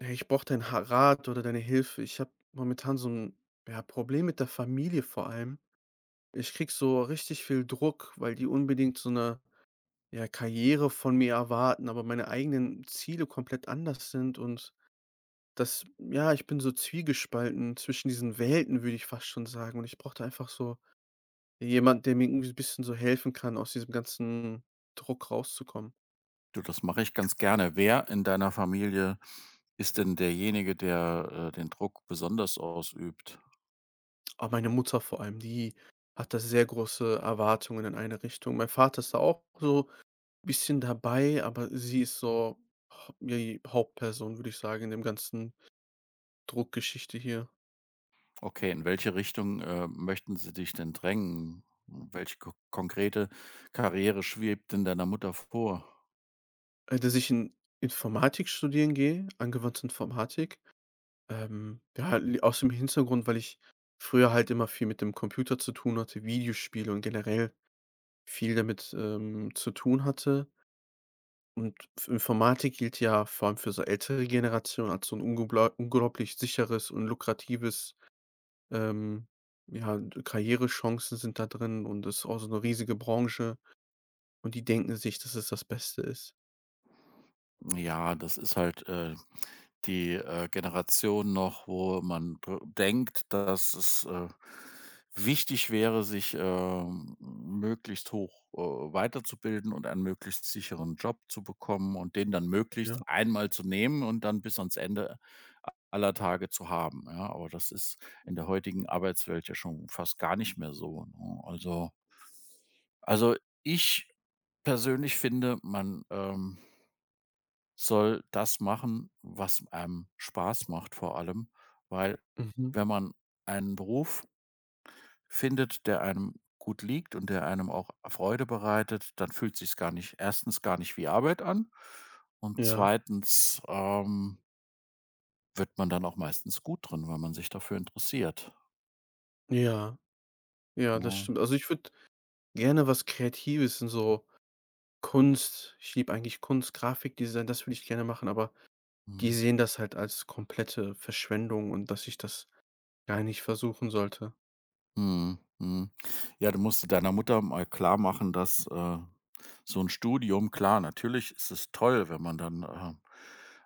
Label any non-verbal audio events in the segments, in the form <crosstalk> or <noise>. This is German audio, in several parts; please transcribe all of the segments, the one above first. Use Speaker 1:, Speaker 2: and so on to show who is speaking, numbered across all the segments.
Speaker 1: Hey, ich brauche deinen Ha Rat oder deine Hilfe. Ich habe momentan so ein ja, Problem mit der Familie vor allem. Ich krieg so richtig viel Druck, weil die unbedingt so eine ja, Karriere von mir erwarten, aber meine eigenen Ziele komplett anders sind und ich bin so zwiegespalten zwischen diesen Welten, würde ich fast schon sagen. Und ich brauche einfach so jemand, der mir irgendwie ein bisschen so helfen kann, aus diesem ganzen Druck rauszukommen.
Speaker 2: Du, das mache ich ganz gerne. Wer in deiner Familie ist denn derjenige, der den Druck besonders ausübt?
Speaker 1: Aber meine Mutter vor allem, die hat da sehr große Erwartungen in eine Richtung. Mein Vater ist da auch so bisschen dabei, aber sie ist so die Hauptperson, würde ich sagen, in dem ganzen Druckgeschichte hier.
Speaker 2: Okay, in welche Richtung, möchten sie dich denn drängen? Welche ko konkrete Karriere schwebt denn deiner Mutter vor?
Speaker 1: Dass ich in Informatik studieren gehe, angewandte Informatik. Ja, li Aus dem Hintergrund, weil ich früher halt immer viel mit dem Computer zu tun hatte, Videospiele und generell viel damit, zu tun hatte. Und F Informatik gilt ja vor allem für so ältere Generationen als so ein ungeblei unglaublich sicheres und lukratives. Ähm, ja, d Karrierechancen sind da drin und das ist auch so eine riesige Branche und die denken sich, dass es das Beste ist.
Speaker 2: Ja, das ist halt die, Generation noch, wo man dr denkt, dass es, wichtig wäre, sich möglichst hoch, weiterzubilden und einen möglichst sicheren Job zu bekommen und den dann möglichst
Speaker 1: Ja.
Speaker 2: einmal zu nehmen und dann bis ans Ende aller Tage zu haben, ja? Aber das ist in der heutigen Arbeitswelt ja schon fast gar nicht mehr so, ne? Also ich persönlich finde, man soll das machen, was einem Spaß macht vor allem, weil
Speaker 1: Mhm.
Speaker 2: wenn man einen Beruf findet, der einem gut liegt und der einem auch Freude bereitet, dann fühlt sich's gar nicht erstens gar nicht wie Arbeit an und
Speaker 1: Ja.
Speaker 2: zweitens wird man dann auch meistens gut drin, weil man sich dafür interessiert,
Speaker 1: Ja. Ja, das
Speaker 2: ne?
Speaker 1: stimmt. Also, ich würde gerne was Kreatives in so Kunst ich liebe eigentlich Kunst, Grafikdesign, das würde ich gerne machen, aber die
Speaker 2: Mhm.
Speaker 1: sehen das halt als komplette Verschwendung und dass ich das gar nicht versuchen sollte.
Speaker 2: Mhm, mhm. Ja, du musst deiner Mutter mal klarmachen, dass so ein Studium klar, natürlich ist es toll, wenn man dann,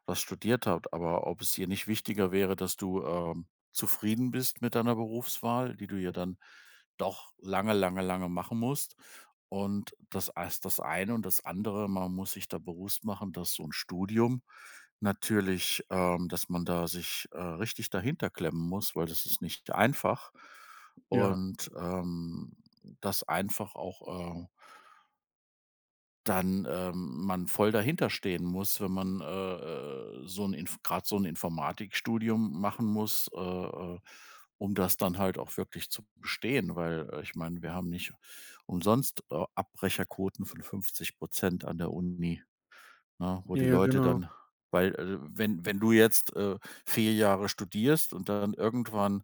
Speaker 2: was studiert hat, aber ob es ihr nicht wichtiger wäre, dass du zufrieden bist mit deiner Berufswahl, die du ja dann doch lange, lange, lange machen musst. Und das ist das eine und das andere, man muss sich da bewusst machen, dass so ein Studium natürlich, dass man da sich, richtig dahinterklemmen muss, weil das ist nicht einfach.
Speaker 1: Ja.
Speaker 2: Und dass einfach auch, dann, man voll dahinter stehen muss, wenn man so ein gerade so ein Informatikstudium machen muss, um das dann halt auch wirklich zu bestehen, weil ich meine, wir haben nicht umsonst Abbrecherquoten von 50% an der Uni, ne, wo die
Speaker 1: Ja,
Speaker 2: Leute
Speaker 1: genau.
Speaker 2: dann weil wenn du jetzt 4 Jahre studierst und dann irgendwann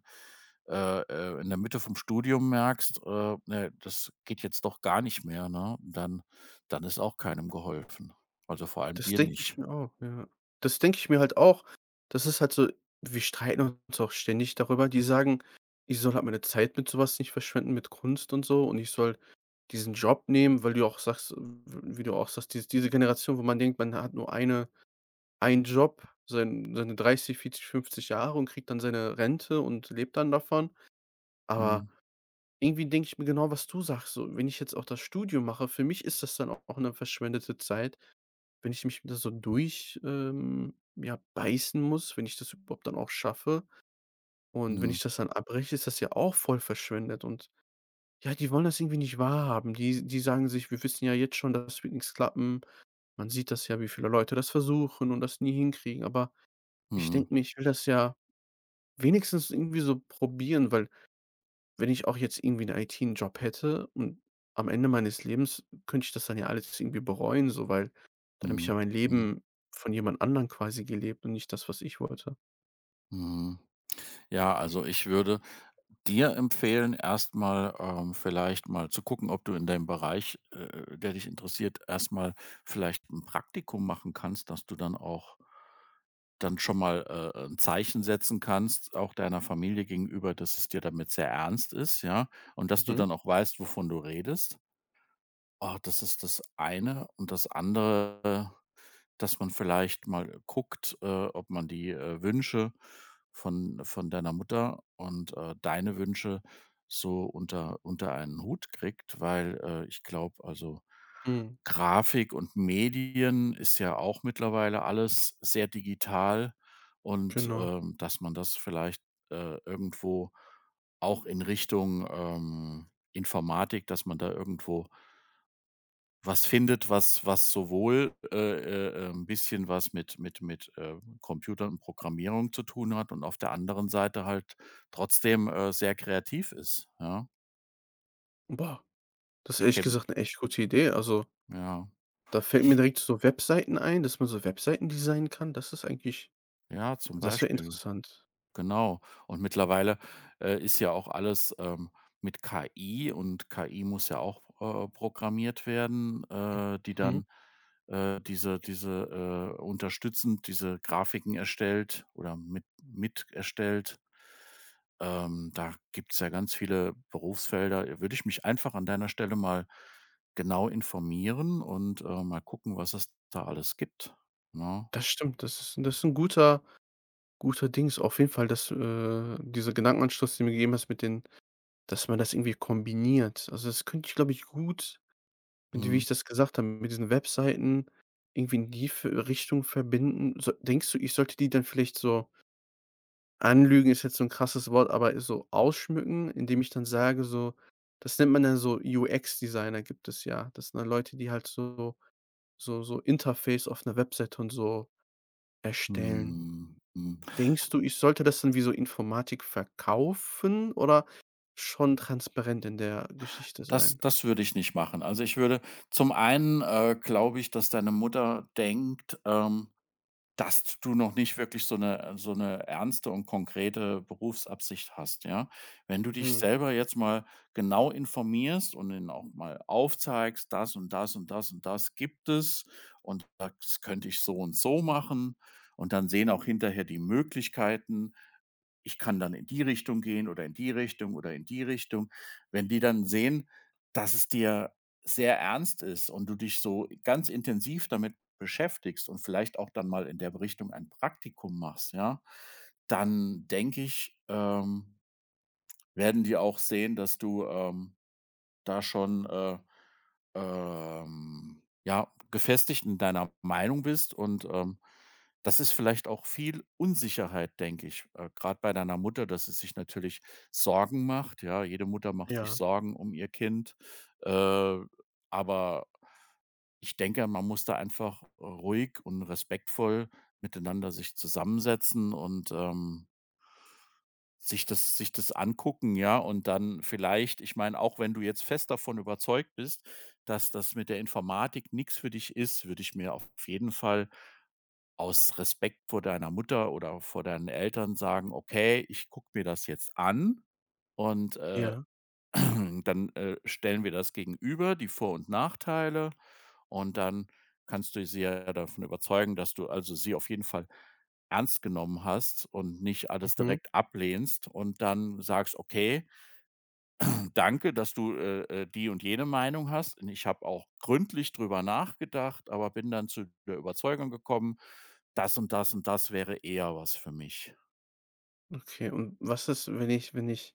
Speaker 2: äh, äh, in der Mitte vom Studium merkst, ne, das geht jetzt doch gar nicht mehr, ne? Dann ist auch keinem geholfen. Also, vor allem
Speaker 1: Das
Speaker 2: dir
Speaker 1: denke ich
Speaker 2: nicht.
Speaker 1: mir auch, ja. Das denke ich mir halt auch. Das ist halt so, wir streiten uns auch ständig darüber. Die sagen, ich soll halt meine Zeit mit sowas nicht verschwenden, mit Kunst und so, und ich soll diesen Job nehmen, weil du auch sagst w wie du auch sagst, diese Generation, wo man denkt, man hat nur einen Job, seine 30, 40, 50 Jahre, und kriegt dann seine Rente und lebt dann davon. Aber
Speaker 2: Mhm.
Speaker 1: irgendwie denke ich mir genau, was du sagst, so, wenn ich jetzt auch das Studium mache, für mich ist das dann auch eine verschwendete Zeit, wenn ich mich da so durch, beißen muss, wenn ich das überhaupt dann auch schaffe. Und wenn
Speaker 2: Mhm.
Speaker 1: ich das dann abbreche, ist das ja auch voll verschwendet. Und ja, die wollen das irgendwie nicht wahrhaben. Die sagen sich, wir wissen ja jetzt schon, das wird nichts klappen. Man sieht das ja, wie viele Leute das versuchen und das nie hinkriegen. Aber ich
Speaker 2: Mhm.
Speaker 1: denke mir, ich will das ja wenigstens irgendwie so probieren, weil, wenn ich auch jetzt irgendwie 'n it job hätte und am Ende meines Lebens, könnte ich das dann ja alles irgendwie bereuen so, weil dann habe ich ja
Speaker 2: Mhm.
Speaker 1: mein
Speaker 2: Mhm.
Speaker 1: Leben von jemand anderem quasi gelebt und nicht das, was ich wollte.
Speaker 2: Mhm. Ja, also, ich würde dir empfehlen, erstmal vielleicht mal zu gucken, ob du in deinem Bereich, der dich interessiert, erstmal vielleicht ein Praktikum machen kannst, dass du dann auch dann schon mal, 'n Zeichen setzen kannst, auch deiner Familie gegenüber, dass es dir damit sehr ernst ist, ja, und dass du
Speaker 1: Mhm.
Speaker 2: dann auch weißt, wovon du redest. Oh, das ist das eine und das andere, dass man vielleicht mal guckt, ob man die, Wünsche von deiner Mutter und, deine Wünsche so unter einen Hut kriegt, weil ich glaube, also,
Speaker 1: Mhm,
Speaker 2: Grafik und Medien ist ja auch mittlerweile alles sehr digital und,
Speaker 1: genau.
Speaker 2: dass man das vielleicht, irgendwo auch in Richtung, Informatik, dass man da irgendwo was findet, was was sowohl, 'n bisschen was mit Computern und Programmierung zu tun hat und auf der anderen Seite halt trotzdem sehr kreativ ist, ja?
Speaker 1: Boah, das ist
Speaker 2: Ich
Speaker 1: ehrlich
Speaker 2: kenne
Speaker 1: gesagt 'ne echt gute Idee. Also,
Speaker 2: ja,
Speaker 1: da fällt mir direkt so Webseiten ein, dass man so Webseiten designen kann. Das ist eigentlich,
Speaker 2: ja, zum
Speaker 1: das wäre
Speaker 2: Beispiel,
Speaker 1: interessant.
Speaker 2: genau. Und mittlerweile ist ja auch alles, mit KI und KI muss ja auch, programmiert werden, die
Speaker 1: Mhm.
Speaker 2: dann diese unterstützend diese Grafiken erstellt oder mit erstellt. Da gibt es ja ganz viele Berufsfelder. Ja, würde ich mich einfach an deiner Stelle mal genau informieren und mal gucken, was es da alles gibt, ne?
Speaker 1: Das stimmt, das ist 'n guter guter Dings. Auf jeden Fall, dieser Gedankenanstoß, den du mir gegeben hast mit den, dass man das irgendwie kombiniert. Also, das könnte ich, glaube ich, gut, und wie
Speaker 2: Mhm.
Speaker 1: ich das gesagt habe, mit diesen Webseiten irgendwie in die v Richtung verbinden. So, denkst du, ich sollte die dann vielleicht so, anlügen ist jetzt so ein krasses Wort, aber so ausschmücken, indem ich dann sage so, das nennt man dann so, UX-Designer gibt es ja. Das sind dann Leute, die halt so so Interface auf einer Webseite und so erstellen.
Speaker 2: Mhm. Mhm.
Speaker 1: Denkst du, ich sollte das dann wie so Informatik verkaufen oder schon transparent in der Geschichte
Speaker 2: Das
Speaker 1: sein?
Speaker 2: das würde ich nicht machen. Also, ich würde zum einen, glaube ich, dass deine Mutter denkt, dass du noch nicht wirklich so eine ernste und konkrete Berufsabsicht hast, ja? Wenn du dich
Speaker 1: Mhm.
Speaker 2: selber jetzt mal genau informierst und denen auch mal aufzeigst: „Das und das und das und das gibt es und das könnte ich so und so machen.“ Und dann sehen auch hinterher die Möglichkeiten. Ich kann dann in die Richtung gehen oder in die Richtung oder in die Richtung. Wenn die dann sehen, dass es dir sehr ernst ist und du dich so ganz intensiv damit beschäftigst und vielleicht auch dann mal in der Richtung ein Praktikum machst, ja, dann denke ich, werden die auch sehen, dass du da schon, ja, gefestigt in deiner Meinung bist, und das ist vielleicht auch viel Unsicherheit, denke ich, grad bei deiner Mutter, dass sie sich natürlich Sorgen macht. Ja, jede Mutter macht sich
Speaker 1: Ja,
Speaker 2: Sorgen um ihr Kind, äh, aber ich denke, man muss da einfach ruhig und respektvoll miteinander sich zusammensetzen und sich das angucken, ja, und dann vielleicht, ich meine, auch wenn du jetzt fest davon überzeugt bist, dass das mit der Informatik nichts für dich ist, würde ich mir auf jeden Fall aus Respekt vor deiner Mutter oder vor deinen Eltern sagen: „Okay, ich gucke mir das jetzt an und
Speaker 1: ja.
Speaker 2: <clears throat> Dann stellen wir das gegenüber, die Vor und Nachteile, und dann kannst du sie ja davon überzeugen, dass du also sie auf jeden Fall ernst genommen hast und nicht alles
Speaker 1: Mhm.
Speaker 2: direkt ablehnst und dann sagst: „Okay, <clears throat> danke, dass du die und jene Meinung hast. Und ich habe auch gründlich drüber nachgedacht, aber bin dann zu der Überzeugung gekommen, das und das und das wäre eher was für mich.“
Speaker 1: Okay, und was ist, wenn ich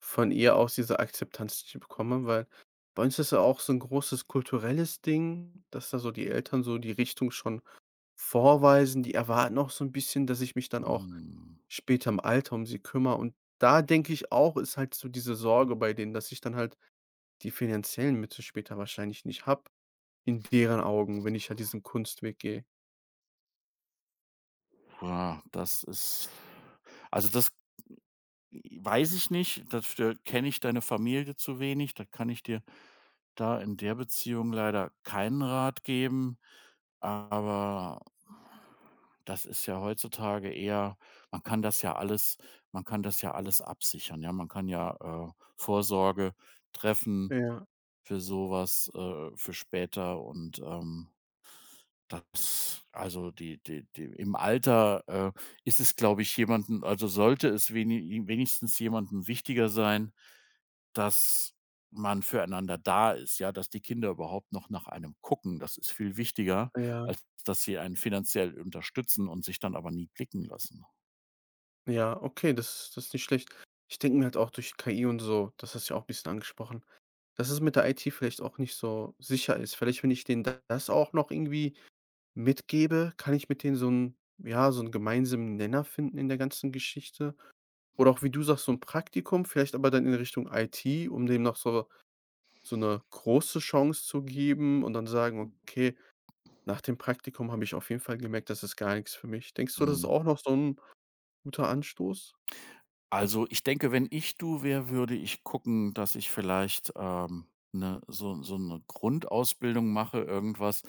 Speaker 1: von ihr aus diese Akzeptanz nicht bekomme? Weil bei uns ist ja auch so ein großes kulturelles Ding, dass da so die Eltern so die Richtung schon vorweisen. Die erwarten auch so ein bisschen, dass ich mich dann auch
Speaker 2: Hm,
Speaker 1: später im Alter um sie kümmere. Und da denke ich auch, ist halt so diese Sorge bei denen, dass ich dann halt die finanziellen Mittel später wahrscheinlich nicht habe, in deren Augen, wenn ich halt diesen Kunstweg gehe.
Speaker 2: ja, das ist, also, das weiß ich nicht, dafür kenne ich deine Familie zu wenig, da kann ich dir da in der Beziehung leider keinen Rat geben, aber das ist ja heutzutage eher, man kann das ja alles man kann das ja alles absichern, ja? Man kann ja, Vorsorge treffen
Speaker 1: Ja,
Speaker 2: für sowas, für später , und das, also die im Alter, ist es, glaube ich, jemanden. Also sollte es wenigstens jemandem wichtiger sein, dass man füreinander da ist, ja, dass die Kinder überhaupt noch nach einem gucken. Das ist viel wichtiger,
Speaker 1: ja.
Speaker 2: als dass sie einen finanziell unterstützen und sich dann aber nie blicken lassen.
Speaker 1: Ja, okay, das das ist nicht schlecht. Ich denke mir halt auch durch KI und so, das hast du ja auch ein bisschen angesprochen, dass es mit der IT vielleicht auch nicht so sicher ist. Vielleicht, wenn ich denen da- das auch noch irgendwie mitgebe, kann ich mit denen so 'n, ja, so 'n gemeinsamen Nenner finden in der ganzen Geschichte. Oder auch, wie du sagst, so ein Praktikum, vielleicht aber dann in Richtung IT, um dem noch so so eine große Chance zu geben und dann sagen: „Okay, nach dem Praktikum habe ich auf jeden Fall gemerkt, das ist gar nichts für mich.“ Denkst du, das ist
Speaker 2: Mhm.
Speaker 1: auch noch so ein guter Anstoß?
Speaker 2: Also, ich denke, wenn ich du wäre, würde ich gucken, dass ich vielleicht 'ne 'ne Grundausbildung mache, irgendwas,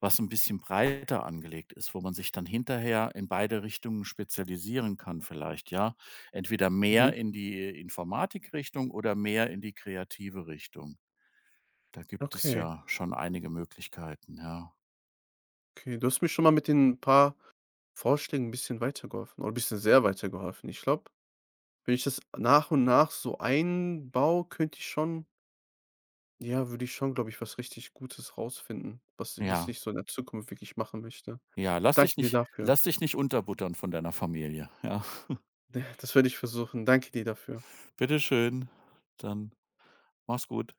Speaker 2: was ein bisschen breiter angelegt ist, wo man sich dann hinterher in beide Richtungen spezialisieren kann vielleicht, ja? Entweder mehr
Speaker 1: Mhm.
Speaker 2: in die Informatikrichtung oder mehr in die kreative Richtung. Da gibt es
Speaker 1: Okay.
Speaker 2: ja schon einige Möglichkeiten, ja.
Speaker 1: Okay, du hast mir schon mal mit den paar Vorschlägen ein bisschen weitergeholfen oder ein bisschen sehr weitergeholfen. Ich glaube, wenn ich das nach und nach so einbaue, könnte ich schon, ja, würde ich schon, glaube ich, was richtig Gutes rausfinden, was was
Speaker 2: Ja,
Speaker 1: ich so in der Zukunft wirklich machen möchte.
Speaker 2: ja,
Speaker 1: Danke dir dafür.
Speaker 2: lass dich nicht unterbuttern von deiner Familie, ja. <laughs>
Speaker 1: <laughs> Das werde ich versuchen. Danke dir dafür.
Speaker 2: Bitte schön, dann mach's gut.